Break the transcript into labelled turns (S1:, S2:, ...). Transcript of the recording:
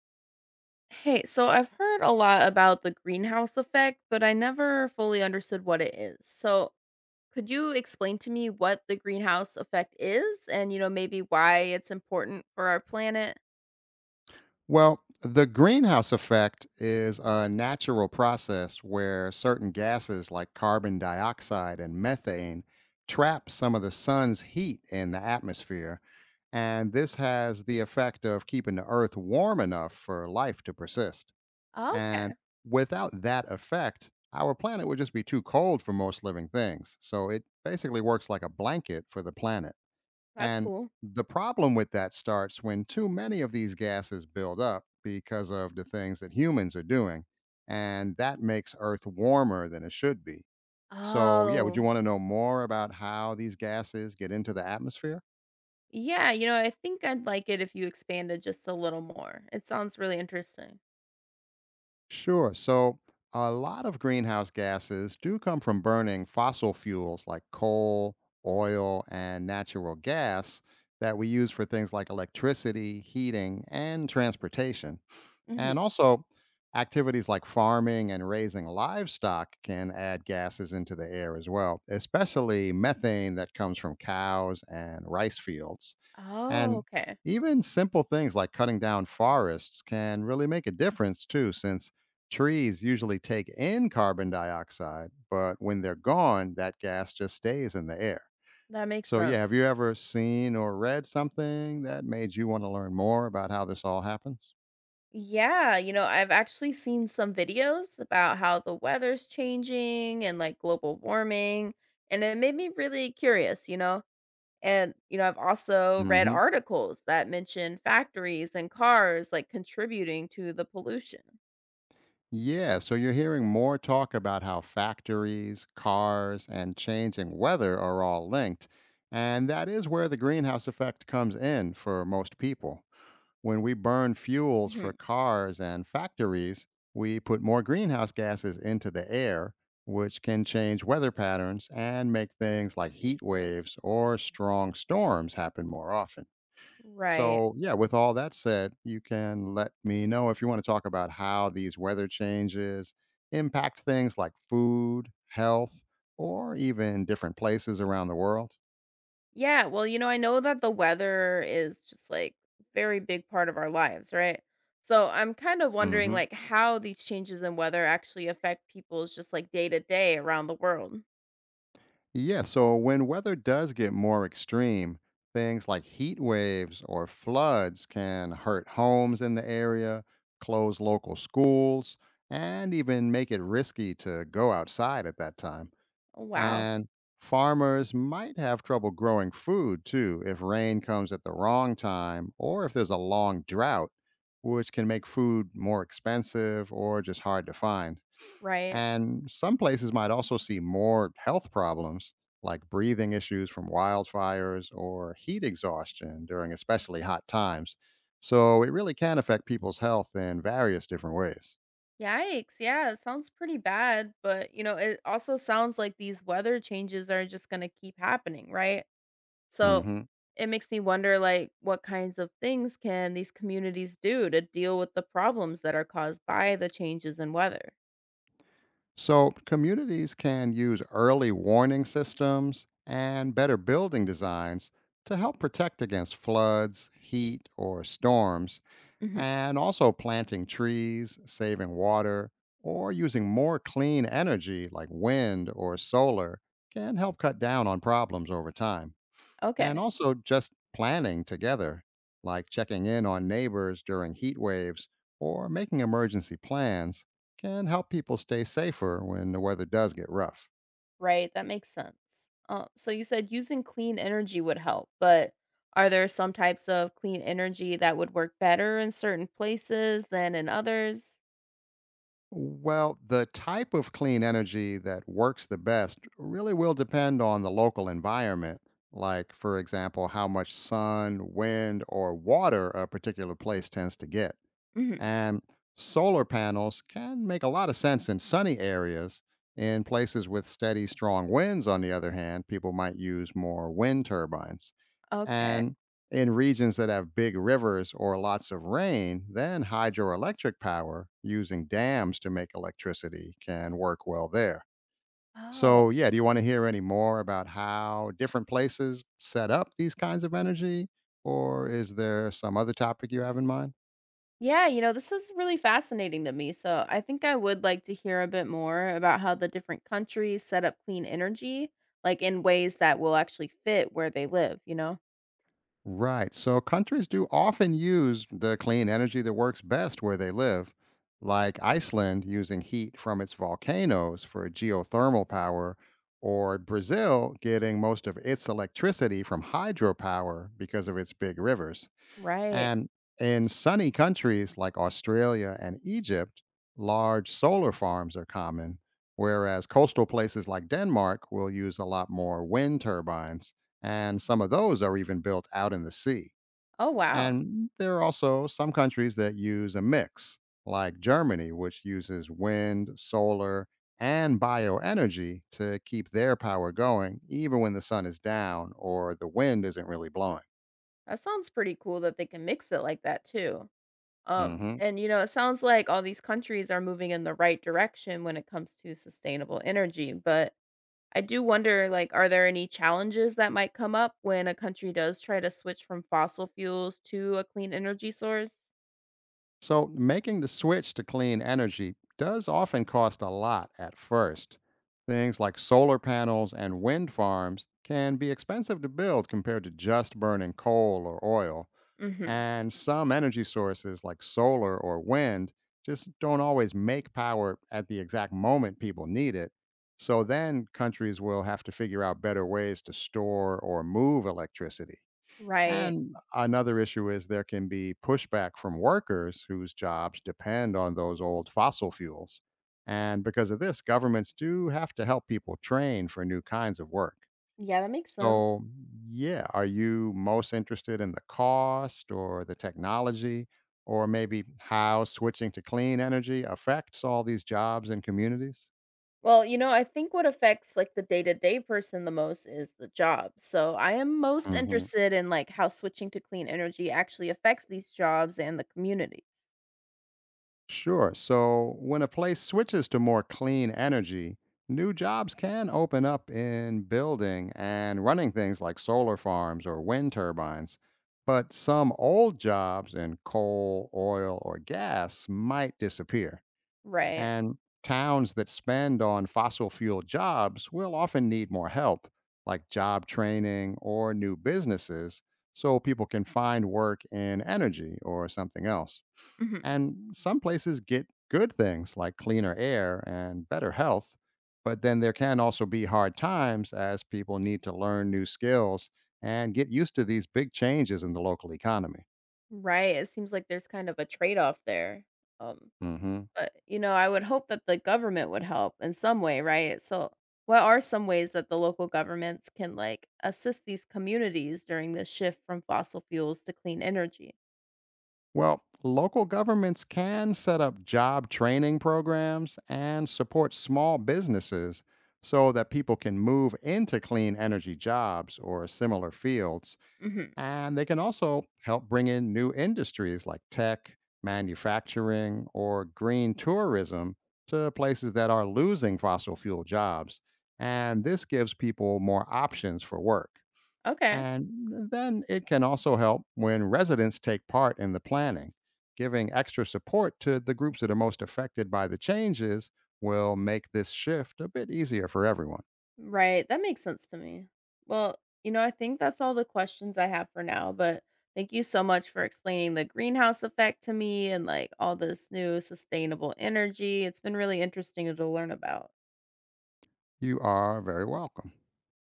S1: Hey, so I've heard a lot about the greenhouse effect, but I never fully understood what it is. So, could you explain to me what the greenhouse effect is and maybe why it's important for our planet?
S2: Well, the greenhouse effect is a natural process where certain gases like carbon dioxide and methane trap some of the sun's heat in the atmosphere. And this has the effect of keeping the earth warm enough for life to persist. And
S1: Okay,
S2: without that effect, our planet would just be too cold for most living things. So it basically works like a blanket for the planet.
S1: that's
S2: And
S1: cool.
S2: the problem with that starts when too many of these gases build up because of the things that humans are doing. And that makes Earth warmer than it should be. So, yeah, would you
S1: Oh,
S2: want to know more about how these gases get into the atmosphere?
S1: yeah, I think I'd like it if you expanded just a little more. It sounds really interesting.
S2: Sure. So, a lot of greenhouse gases do come from burning fossil fuels like coal, oil, and natural gas that we use for things like electricity, heating, and transportation. And
S1: Hmm.
S2: also, activities like farming and raising livestock can add gases into the air as well, especially methane that comes from cows and rice fields.
S1: Oh,
S2: And
S1: okay.
S2: even simple things like cutting down forests can really make a difference too, since trees usually take in carbon dioxide, but when they're gone, that gas just stays in the air.
S1: That makes
S2: So, yeah,
S1: sense.
S2: have you ever seen or read something that made you want to learn more about how this all happens?
S1: Yeah, I've actually seen some videos about how the weather's changing and like global warming, and it made me really curious. And I've also read
S2: Mm-hmm.
S1: articles that mention factories and cars like contributing to the pollution.
S2: Yeah, so you're hearing more talk about how factories, cars, and changing weather are all linked. And that is where the greenhouse effect comes in for most people. When we burn fuels for
S1: Mhm.
S2: cars and factories, we put more greenhouse gases into the air, which can change weather patterns and make things like heat waves or strong storms happen more often.
S1: Right.
S2: So, yeah, with all that said, you can let me know if you want to talk about how these weather changes impact things like food, health, or even different places around the world.
S1: Yeah. Well, I know that the weather is just like very big part of our lives, right? So I'm kind of wondering
S2: Hmm.
S1: like how these changes in weather actually affect people's just like day to day around the world.
S2: Yeah, so when weather does get more extreme, things like heat waves or floods can hurt homes in the area, close local schools, and even make it risky to go outside at that time.
S1: Oh, wow.
S2: And farmers might have trouble growing food too if rain comes at the wrong time or if there's a long drought, which can make food more expensive or just hard to find.
S1: Right.
S2: And some places might also see more health problems like breathing issues from wildfires or heat exhaustion during especially hot times. So it really can affect people's health in various different ways.
S1: Yikes. Yeah, it sounds pretty bad, but it also sounds like these weather changes are just going to keep happening, right? So
S2: Hmm.
S1: it makes me wonder like what kinds of things can these communities do to deal with the problems that are caused by the changes in weather?
S2: So, communities can use early warning systems and better building designs to help protect against floods, heat, or storms,
S1: Hmm.
S2: and also planting trees, saving water, or using more clean energy like wind or solar can help cut down on problems over time, and
S1: Okay.
S2: also just planning together, like checking in on neighbors during heat waves or making emergency plans, can help people stay safer when the weather does get rough.
S1: Right. That makes sense. So you said using clean energy would help, but are there some types of clean energy that would work better in certain places than in others?
S2: Well, the type of clean energy that works the best really will depend on the local environment, like, for example, how much sun, wind, or water a particular place tends to get.
S1: Hmm.
S2: And solar panels can make a lot of sense in sunny areas. In places with steady, strong winds, on the other hand, people might use more wind turbines.
S1: Okay.
S2: And in regions that have big rivers or lots of rain, then hydroelectric power using dams to make electricity can work well there.
S1: Oh,
S2: So, yeah, do you want to hear any more about how different places set up these kinds of energy? Or is there some other topic you have in mind?
S1: yeah, this is really fascinating to me. So I think I would like to hear a bit more about how the different countries set up clean energy, like in ways that will actually fit where they live?
S2: Right. So countries do often use the clean energy that works best where they live, like Iceland using heat from its volcanoes for geothermal power, or Brazil getting most of its electricity from hydropower because of its big rivers.
S1: Right.
S2: And in sunny countries like Australia and Egypt, large solar farms are common, whereas coastal places like Denmark will use a lot more wind turbines, and some of those are even built out in the sea.
S1: Oh, wow.
S2: And there are also some countries that use a mix, like Germany, which uses wind, solar, and bioenergy to keep their power going, even when the sun is down or the wind isn't really blowing.
S1: That sounds pretty cool that they can mix it like that too.
S2: Hmm.
S1: And it sounds like all these countries are moving in the right direction when it comes to sustainable energy, but I do wonder, like, are there any challenges that might come up when a country does try to switch from fossil fuels to a clean energy source?
S2: So, making the switch to clean energy does often cost a lot at first. Things like solar panels and wind farms can be expensive to build compared to just burning coal or oil.
S1: Hmm.
S2: And some energy sources like solar or wind just don't always make power at the exact moment people need it. So then countries will have to figure out better ways to store or move electricity.
S1: Right.
S2: And another issue is there can be pushback from workers whose jobs depend on those old fossil fuels. And because of this, governments do have to help people train for new kinds of work.
S1: Yeah, that makes sense.
S2: So, yeah, are you most interested in the cost or the technology or maybe how switching to clean energy affects all these jobs and communities?
S1: Well, I think what affects like the day-to-day person the most is the job. So, I am most
S2: Mhm.
S1: interested in like how switching to clean energy actually affects these jobs and the communities.
S2: Sure. So when a place switches to more clean energy, new jobs can open up in building and running things like solar farms or wind turbines. But some old jobs in coal, oil, or gas might disappear.
S1: Right.
S2: And towns that spend on fossil fuel jobs will often need more help, like job training or new businesses, so people can find work in energy or something else.
S1: Hmm.
S2: And some places get good things like cleaner air and better health, but then there can also be hard times as people need to learn new skills and get used to these big changes in the local economy.
S1: Right. It seems like there's kind of a trade-off there. Um,
S2: Hmm.
S1: But I would hope that the government would help in some way, right? So, what are some ways that the local governments can, like, assist these communities during this shift from fossil fuels to clean energy?
S2: Well, local governments can set up job training programs and support small businesses so that people can move into clean energy jobs or similar fields.
S1: Mhm.
S2: And they can also help bring in new industries like tech, manufacturing, or green tourism to places that are losing fossil fuel jobs. And this gives people more options for work.
S1: Okay.
S2: And then it can also help when residents take part in the planning. Giving extra support to the groups that are most affected by the changes will make this shift a bit easier for everyone.
S1: Right, that makes sense to me. Well, I think that's all the questions I have for now, but thank you so much for explaining the greenhouse effect to me and, like, all this new sustainable energy. It's been really interesting to learn about.
S2: You are very welcome.